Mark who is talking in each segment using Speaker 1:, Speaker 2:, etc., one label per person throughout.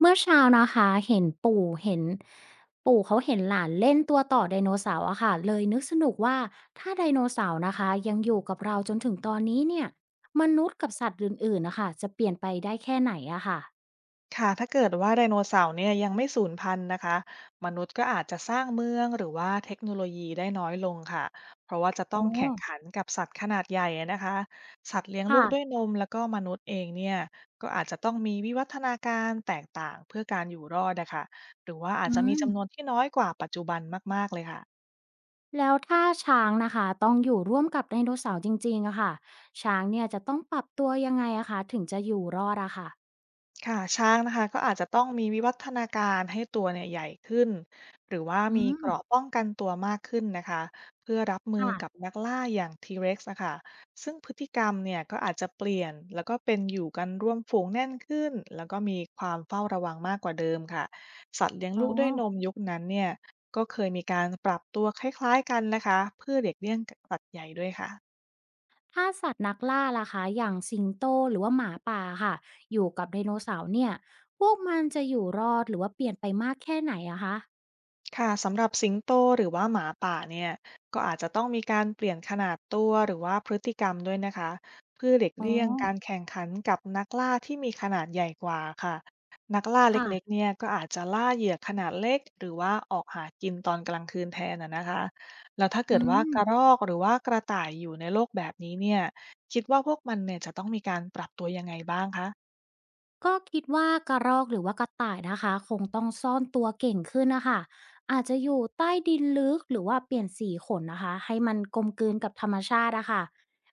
Speaker 1: เมื่อเช้านะคะเห็นปู่เขาเห็นหลานเล่นตัวต่อไดโนเสาร์อะค่ะเลยนึกสนุกว่าถ้าไดโนเสาร์นะคะยังอยู่กับเราจนถึงตอนนี้เนี่ยมนุษย์กับสัตว์อื่นๆนะคะจะเปลี่ยนไปได้แค่ไหนอะค่ะ
Speaker 2: ค่ะถ้าเกิดว่าไดโนเสาร์เนี่ยยังไม่สูญพันธุ์นะคะ มนุษย์ก็อาจจะสร้างเมืองหรือว่าเทคโนโลยีได้น้อยลงค่ะ เพราะว่าจะต้
Speaker 1: โอ้
Speaker 2: องแข่งขันกับสัตว์ขนาดใหญ่อะนะคะ สัตว์เลี้ยงลูกด้วย
Speaker 1: ค่ะ
Speaker 2: นมแล้วก็มนุษย์เองเนี่ย ก็อาจจะต้องมีวิวัฒนาการแตกต่างเพื่อการอยู่รอดนะคะหรือว่าอาจ
Speaker 1: อื
Speaker 2: จะมี
Speaker 1: ม
Speaker 2: จำนวนที่น้อยกว่าปัจจุบันมากๆเลยค่ะ
Speaker 1: แล้วถ้าช้างนะคะต้องอยู่ร่วมกับไดโนเสาร์จริงๆอะค่ะช้างเนี่ยจะต้องปรับตัวยังไงอะคะถึงจะอยู่รอดอะค่ะ
Speaker 2: ค่ะช้างนะคะก็อาจจะต้องมีวิวัฒนาการให้ตัวเนี่ยใหญ่ขึ้นหรือว่า
Speaker 1: อื
Speaker 2: มี
Speaker 1: ม
Speaker 2: เกราะป้องกันตัวมากขึ้นนะคะเพื่อรับมือกับ
Speaker 1: ค่ะ
Speaker 2: นักล่าอย่างทีเร็กซ์นะคะซึ่งพฤติกรรมเนี่ยก็อาจจะเปลี่ยนแล้วก็เป็นอยู่กันร่วมฝูงแน่นขึ้นแล้วก็มีความเฝ้าระวังมากกว่าเดิมค่ะสัตว์เลี้ยง
Speaker 1: อ๋อ
Speaker 2: ลูกด้วยนมยุคนั้นเนี่ยก็เคยมีการปรับตัวคล้ายๆกันนะคะเพื่อเด็กเลี่ยงสัตว์ใหญ่ด้วยค่ะ
Speaker 1: ถ้าสัตว์นักล่าล่ะคะอย่างสิงโตหรือว่าหมาป่าค่ะอยู่กับไดโนเสาร์เนี่ยพวกมันจะอยู่รอดหรือว่าเปลี่ยนไปมากแค่ไหนอะคะ
Speaker 2: ค่ะสำหรับสิงโตหรือว่าหมาป่าเนี่ยก็อาจจะต้องมีการเปลี่ยนขนาดตัวหรือว่าพฤติกรรมด้วยนะคะเพื่อหลีก
Speaker 1: อ๋อ
Speaker 2: เลี่ยงการแข่งขันกับนักล่าที่มีขนาดใหญ่กว่าค่ะนักล่าเล็กๆ
Speaker 1: ค่ะ
Speaker 2: เนี่ยก็อาจจะล่าเหยื่อขนาดเล็กหรือว่าออกหากินตอนกลางคืนแทนนะคะแล้วถ้าเกิ
Speaker 1: อื
Speaker 2: ดว่า
Speaker 1: ม
Speaker 2: กระรอกหรือว่ากระต่ายอยู่ในโลกแบบนี้เนี่ยคิดว่าพวกมันเนี่ยจะต้องมีการปรับตัวยังไงบ้างคะ
Speaker 1: ก็คิดว่ากระรอกหรือว่ากระต่ายนะคะคงต้องซ่อนตัวเก่งขึ้นนะคะอาจจะอยู่ใต้ดินลึกหรือว่าเปลี่ยนสีขนนะคะให้มันกลมกลืนกับธรรมชาติอะค่ะ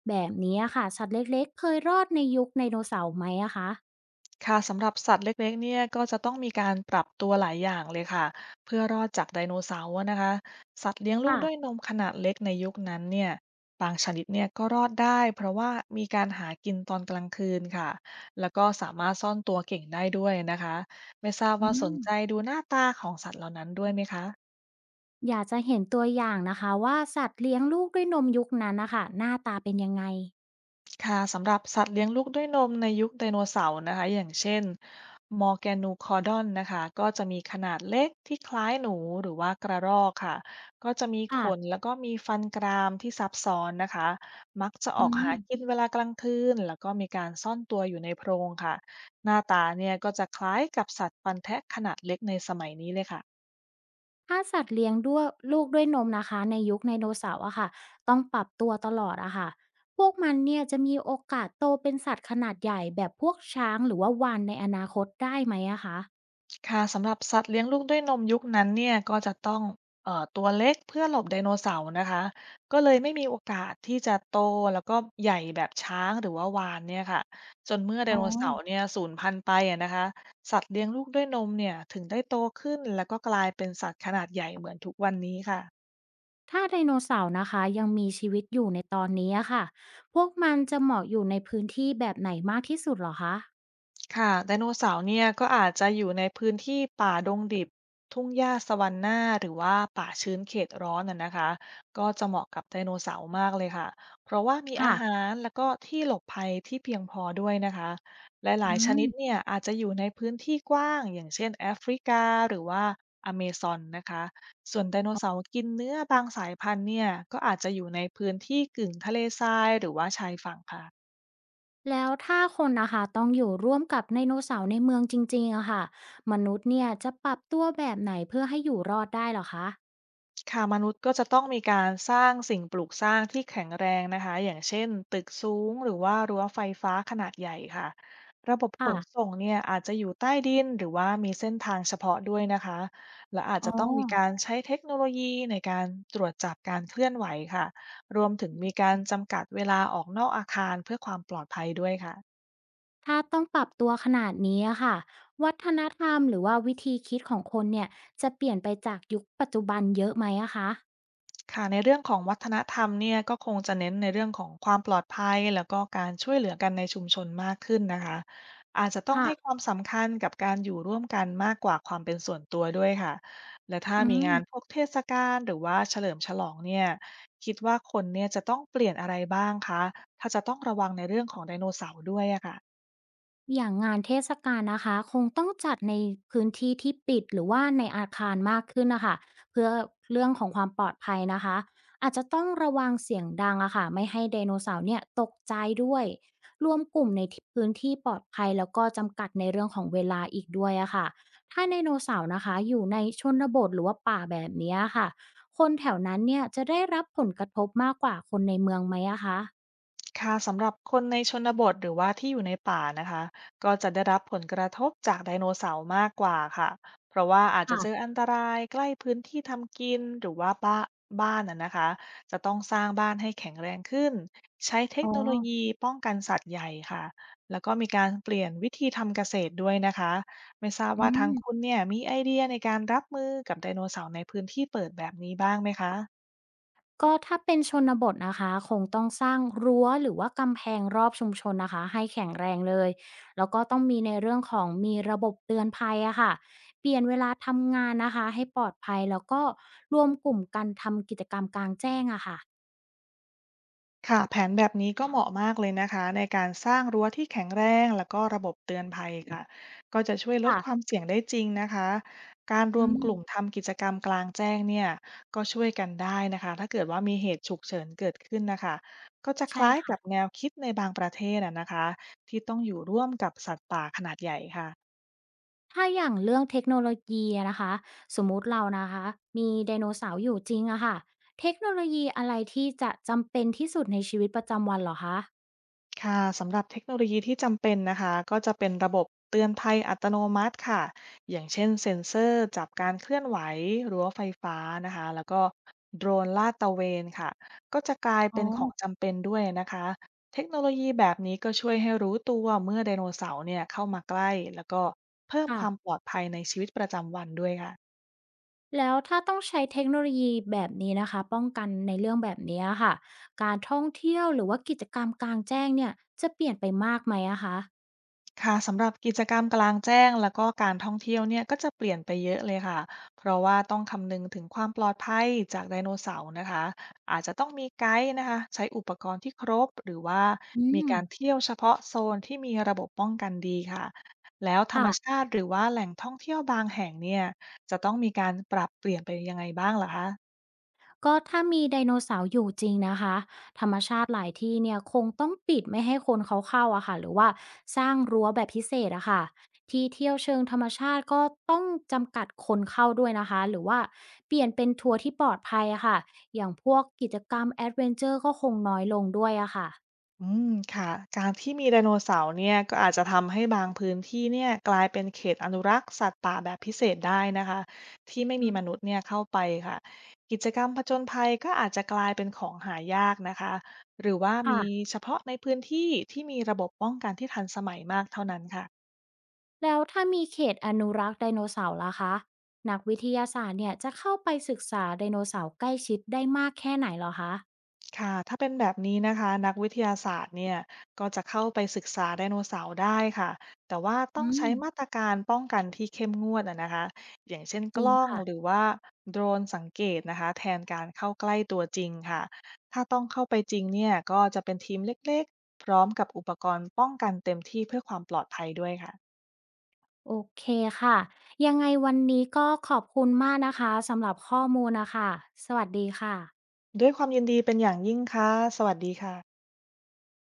Speaker 1: แบบนี้อะค่ะสัตว์เล็กๆเคยรอดในยุคไดโนเสาร์ไหมอะคะ
Speaker 2: ค่ะสำหรับสัตว์เล็กๆเนี่ยก็จะต้องมีการปรับตัวหลายอย่างเลยค่ะเพื่อรอดจากไดโนเสาร์อะนะคะสัตว์เลี้ยงลูก
Speaker 1: ค่ะ
Speaker 2: ด้วยนมขนาดเล็กในยุคนั้นเนี่ยบางชนิดเนี่ยก็รอดได้เพราะว่ามีการหากินตอนกลางคืนค่ะแล้วก็สามารถซ่อนตัวเก่งได้ด้วยนะคะไม่ทราบ
Speaker 1: อื
Speaker 2: ว่าส
Speaker 1: ม
Speaker 2: นใจดูหน้าตาของสัตว์เหล่านั้นด้วยไหมคะ
Speaker 1: อยากจะเห็นตัวอย่างนะคะว่าสัตว์เลี้ยงลูกด้วยนมยุคนั้นนะคะหน้าตาเป็นยังไง
Speaker 2: ค่ะสำหรับสัตว์เลี้ยงลูกด้วยนมในยุคไดโนเสาร์นะคะอย่างเช่นมอร์แกนูคอร์ดอนนะคะก็จะมีขนาดเล็กที่คล้ายหนูหรือว่ากระรอกค่ะก็จะมีขน
Speaker 1: ค่ะ
Speaker 2: แล้วก็มีฟันกรามที่ซับซ้อนนะคะมักจะอ
Speaker 1: อื
Speaker 2: อก
Speaker 1: ม
Speaker 2: หากินเวลากลางคืนแล้วก็มีการซ่อนตัวอยู่ในโพรงค่ะหน้าตาเนี่ยก็จะคล้ายกับสัตว์ฟันแทะขนาดเล็กในสมัยนี้เลยค่ะ
Speaker 1: ถ้าสัตว์เลี้ยงด้วยลูกด้วยนมนะคะในยุคไดโนเสาร์อะค่ะต้องปรับตัวตลอดอะค่ะพวกมันเนี่ยจะมีโอกาสโตเป็นสัตว์ขนาดใหญ่แบบพวกช้างหรือว่าวาฬในอนาคตได้ไหมอะคะ
Speaker 2: ค่ะสำหรับสัตว์เลี้ยงลูกด้วยนมยุคนั้นเนี่ยก็จะต้องตัวเล็กเพื่อหลบไดโนเสาร์นะคะก็เลยไม่มีโอกาสที่จะโตแล้วก็ใหญ่แบบช้างหรือว่าวาฬเนี่ยค่ะจนเมื่อได
Speaker 1: อ๋อ
Speaker 2: โนเสาร์เนี่ยสูญพันธุ์ไปอะนะคะสัตว์เลี้ยงลูกด้วยนมเนี่ยถึงได้โตขึ้นแล้วก็กลายเป็นสัตว์ขนาดใหญ่เหมือนทุกวันนี้ค่ะ
Speaker 1: ถ้าไดโนเสาร์นะคะยังมีชีวิตอยู่ในตอนนี้อะค่ะพวกมันจะเหมาะอยู่ในพื้นที่แบบไหนมากที่สุดเหรอคะ
Speaker 2: ค่ะไดโนเสาร์เนี่ยก็อาจจะอยู่ในพื้นที่ป่าดงดิบทุ่งหญ้าสวันนาหรือว่าป่าชื้นเขตร้อนน่ะนะคะก็จะเหมาะกับไดโนเสาร์มากเลยค่ะเพราะว่ามีอา
Speaker 1: ค่ะ
Speaker 2: หารแล้วก็ที่หลบภัยที่เพียงพอด้วยนะคะห
Speaker 1: อื
Speaker 2: ลายๆชนิด
Speaker 1: ม
Speaker 2: เนี่ยอาจจะอยู่ในพื้นที่กว้างอย่างเช่นแอฟริกาหรือว่าอเมซอนนะคะส่วนไดโนเสาร์กินเนื้อบางสายพันธุ์เนี่ยก็อาจจะอยู่ในพื้นที่กึ่งทะเลทรายหรือว่าชายฝั่งค่ะ
Speaker 1: แล้วถ้าคนนะคะต้องอยู่ร่วมกับไดโนเสาร์ในเมืองจริงๆอะค่ะมนุษย์เนี่ยจะปรับตัวแบบไหนเพื่อให้อยู่รอดได้เหรอคะ
Speaker 2: ค่ะมนุษย์ก็จะต้องมีการสร้างสิ่งปลูกสร้างที่แข็งแรงนะคะอย่างเช่นตึกสูงหรือว่ารั้วไฟฟ้าขนาดใหญ่ค่ะระบบขน
Speaker 1: ค่ะ
Speaker 2: ส่งเนี่ยอาจจะอยู่ใต้ดินหรือว่ามีเส้นทางเฉพาะด้วยนะคะและอาจ
Speaker 1: อ๋อ
Speaker 2: จะต้องมีการใช้เทคโนโลยีในการตรวจจับการเคลื่อนไหวค่ะรวมถึงมีการจำกัดเวลาออกนอกอาคารเพื่อความปลอดภัยด้วยค่ะ
Speaker 1: ถ้าต้องปรับตัวขนาดนี้อะค่ะวัฒนธรรมหรือว่าวิธีคิดของคนเนี่ยจะเปลี่ยนไปจากยุคปัจจุบันเยอะไหมอะคะ
Speaker 2: ค่ะในเรื่องของวัฒนธรรมเนี่ยก็คงจะเน้นในเรื่องของความปลอดภัยแล้วก็การช่วยเหลือกันในชุมชนมากขึ้นนะคะอาจจะต้องให้ค
Speaker 1: ค่ะ
Speaker 2: วามสำคัญกับการอยู่ร่วมกันมากกว่าความเป็นส่วนตัวด้วยค่ะและถ้า
Speaker 1: อื
Speaker 2: มี
Speaker 1: ม
Speaker 2: งานพวกเทศกาลหรือว่าเฉลิมฉลองเนี่ยคิดว่าคนเนี่ยจะต้องเปลี่ยนอะไรบ้างคะถ้าจะต้องระวังในเรื่องของไดโนเสาร์ด้วยอะค่ะ
Speaker 1: อย่างงานเทศกาลนะคะคงต้องจัดในพื้นที่ที่ปิดหรือว่าในอาคารมากขึ้นนะคะเพื่อเรื่องของความปลอดภัยนะคะอาจจะต้องระวังเสียงดังอะค่ะไม่ให้ไดโนเสาร์เนี่ยตกใจด้วยรวมกลุ่มในที่พื้นที่ปลอดภัยแล้วก็จำกัดในเรื่องของเวลาอีกด้วยอะค่ะถ้าไดโนเสาร์นะคะอยู่ในชนบทหรือว่าป่าแบบเนี้ยค่ะคนแถวนั้นเนี่ยจะได้รับผลกระทบมากกว่าคนในเมืองไหมอะคะ
Speaker 2: ค่ะสำหรับคนในชนบทหรือว่าที่อยู่ในป่านะคะก็จะได้รับผลกระทบจากไดโนเสาร์มากกว่าค่ะเพราะว่าอาจจะเจอ
Speaker 1: ค่ะ
Speaker 2: อันตรายใกล้พื้นที่ทำกินหรือว่าบ้านน่ะนะคะจะต้องสร้างบ้านให้แข็งแรงขึ้นใช้เทค
Speaker 1: อ๋อ
Speaker 2: โนโลยีป้องกันสัตว์ใหญ่ค่ะแล้วก็มีการเปลี่ยนวิธีทำเกษตรด้วยนะคะไม่ทราบ
Speaker 1: อื
Speaker 2: ว่าทางคุณ
Speaker 1: ม
Speaker 2: เนี่ยมีไอเดียในการรับมือกับไดโนเสาร์ในพื้นที่เปิดแบบนี้บ้างไหมคะ
Speaker 1: ก็ถ้าเป็นชนบทนะคะคงต้องสร้างรั้วหรือว่ากำแพงรอบชุมชนนะคะให้แข็งแรงเลยแล้วก็ต้องมีในเรื่องของมีระบบเตือนภัยอะค่ะเปลี่ยนเวลาทำงานนะคะให้ปลอดภัยแล้วก็รวมกลุ่มกันทำกิจกรรมกลางแจ้งอะค่ะ
Speaker 2: ค่ะแผนแบบนี้ก็เหมาะมากเลยนะคะในการสร้างรั้วที่แข็งแรงแล้วก็ระบบเตือนภัยค่ะก็จะช่วยลดความ
Speaker 1: ค่ะ
Speaker 2: เสี่ยงได้จริงนะคะการร
Speaker 1: อื
Speaker 2: วม
Speaker 1: ม
Speaker 2: กลุ่มทำกิจกรรมกลางแจ้งเนี่ยก็ช่วยกันได้นะคะถ้าเกิดว่ามีเหตุฉุกเฉินเกิดขึ้นนะคะก็จะค
Speaker 1: ใช่
Speaker 2: ล้าย
Speaker 1: ค่ะ
Speaker 2: กับแนวคิดในบางประเทศอะนะคะที่ต้องอยู่ร่วมกับสัตว์ป่าขนาดใหญ่ค่ะ
Speaker 1: ถ้าอย่างเรื่องเทคโนโลยีอะนะคะสมมุติเรานะคะมีไดโนเสาร์อยู่จริงอะค่ะเทคโนโลยีอะไรที่จะจำเป็นที่สุดในชีวิตประจำวันเหรอคะ
Speaker 2: ค่ะสำหรับเทคโนโลยีที่จำเป็นนะคะก็จะเป็นระบบเตือนภัยอัตโนมัติค่ะอย่างเช่นเซ็นเซอร์จับการเคลื่อนไหวรั้วไฟฟ้านะคะแล้วก็โดรนลาดตระเวนค่ะก็จะกลาย
Speaker 1: อ๋
Speaker 2: เป็นของ
Speaker 1: อ
Speaker 2: จำเป็นด้วยนะคะเทคโนโลยีแบบนี้ก็ช่วยให้รู้ตัวเมื่อไดโนเสาร์เนี่ยเข้ามาใกล้แล้วก็เพิ่ม
Speaker 1: ค่ะ
Speaker 2: ความปลอดภัยในชีวิตประจำวันด้วยค่ะ
Speaker 1: แล้วถ้าต้องใช้เทคโนโลยีแบบนี้นะคะป้องกันในเรื่องแบบนี้อะค่ะการท่องเที่ยวหรือว่ากิจกรรมกลางแจ้งเนี่ยจะเปลี่ยนไปมากไหมอะคะ
Speaker 2: ค่ะสำหรับกิจกรรมกลางแจ้งแล้วก็การท่องเที่ยวเนี่ยก็จะเปลี่ยนไปเยอะเลยค่ะเพราะว่าต้องคำนึงถึงความปลอดภัยจากไดโนเสาร์นะคะอาจจะต้องมีไกด์นะคะใช้อุปกรณ์ที่ครบหรือว่า
Speaker 1: อื
Speaker 2: มี
Speaker 1: ม
Speaker 2: การเที่ยวเฉพาะโซนที่มีระบบป้องกันดีค่ะแล้วธรรม
Speaker 1: ค่ะ
Speaker 2: ชาติหรือว่าแหล่งท่องเที่ยวบางแห่งเนี่ยจะต้องมีการปรับเปลี่ยนไปยังไงบ้างล่ะคะ
Speaker 1: ก็ถ้ามีไดโนเสาร์อยู่จริงนะคะธรรมชาติหลายที่เนี่ยคงต้องปิดไม่ให้คนเขาเข้าอะค่ะหรือว่าสร้างรั้วแบบพิเศษอะค่ะที่เที่ยวเชิงธรรมชาติก็ต้องจำกัดคนเข้าด้วยนะคะหรือว่าเปลี่ยนเป็นทัวร์ที่ปลอดภัยอะค่ะอย่างพวกกิจกรรมแอดเวนเจอร์ก็คงน้อยลงด้วยอะค่ะ
Speaker 2: อืมค่ะการที่มีไดโนเสาร์เนี่ยก็อาจจะทำให้บางพื้นที่เนี่ยกลายเป็นเขตอนุรักษ์สัตว์ป่าแบบพิเศษได้นะคะที่ไม่มีมนุษย์เนี่ยเข้าไปค่ะกิจกรรมผจญภัยก็อาจจะกลายเป็นของหายากนะคะหรือว่า
Speaker 1: ค่ะ
Speaker 2: มีเฉพาะในพื้นที่ที่มีระบบป้องกันที่ทันสมัยมากเท่านั้นค่ะ
Speaker 1: แล้วถ้ามีเขตอนุรักษ์ไดโนเสาร์ล่ะคะนักวิทยาศาสตร์เนี่ยจะเข้าไปศึกษาไดโนเสาร์ใกล้ชิดได้มากแค่ไหนเหรอคะ
Speaker 2: ค่ะถ้าเป็นแบบนี้นะคะนักวิทยาศาสตร์เนี่ยก็จะเข้าไปศึกษาไดโนเสาร์ได้ค่ะแต่ว่าต้อ
Speaker 1: อื
Speaker 2: ง
Speaker 1: ม
Speaker 2: ใช้มาตรการป้องกันที่เข้มงวดอะนะคะอย่างเช่น
Speaker 1: จ
Speaker 2: ก
Speaker 1: ริง
Speaker 2: ล้องหรื
Speaker 1: ค่ะ
Speaker 2: อว่าโดรนสังเกตนะคะแทนการเข้าใกล้ตัวจริงค่ะถ้าต้องเข้าไปจริงเนี่ยก็จะเป็นทีมเล็กๆพร้อมกับอุปกรณ์ป้องกันเต็มที่เพื่อความปลอดภัยด้วยค่ะ
Speaker 1: โอเคค่ะยังไงวันนี้ก็ขอบคุณมากนะคะสำหรับข้อมูลนะคะสวัสดีค่ะ
Speaker 2: ด้วยความยินดีเป็นอย่างยิ่งค่ะสวัสดีค่ะ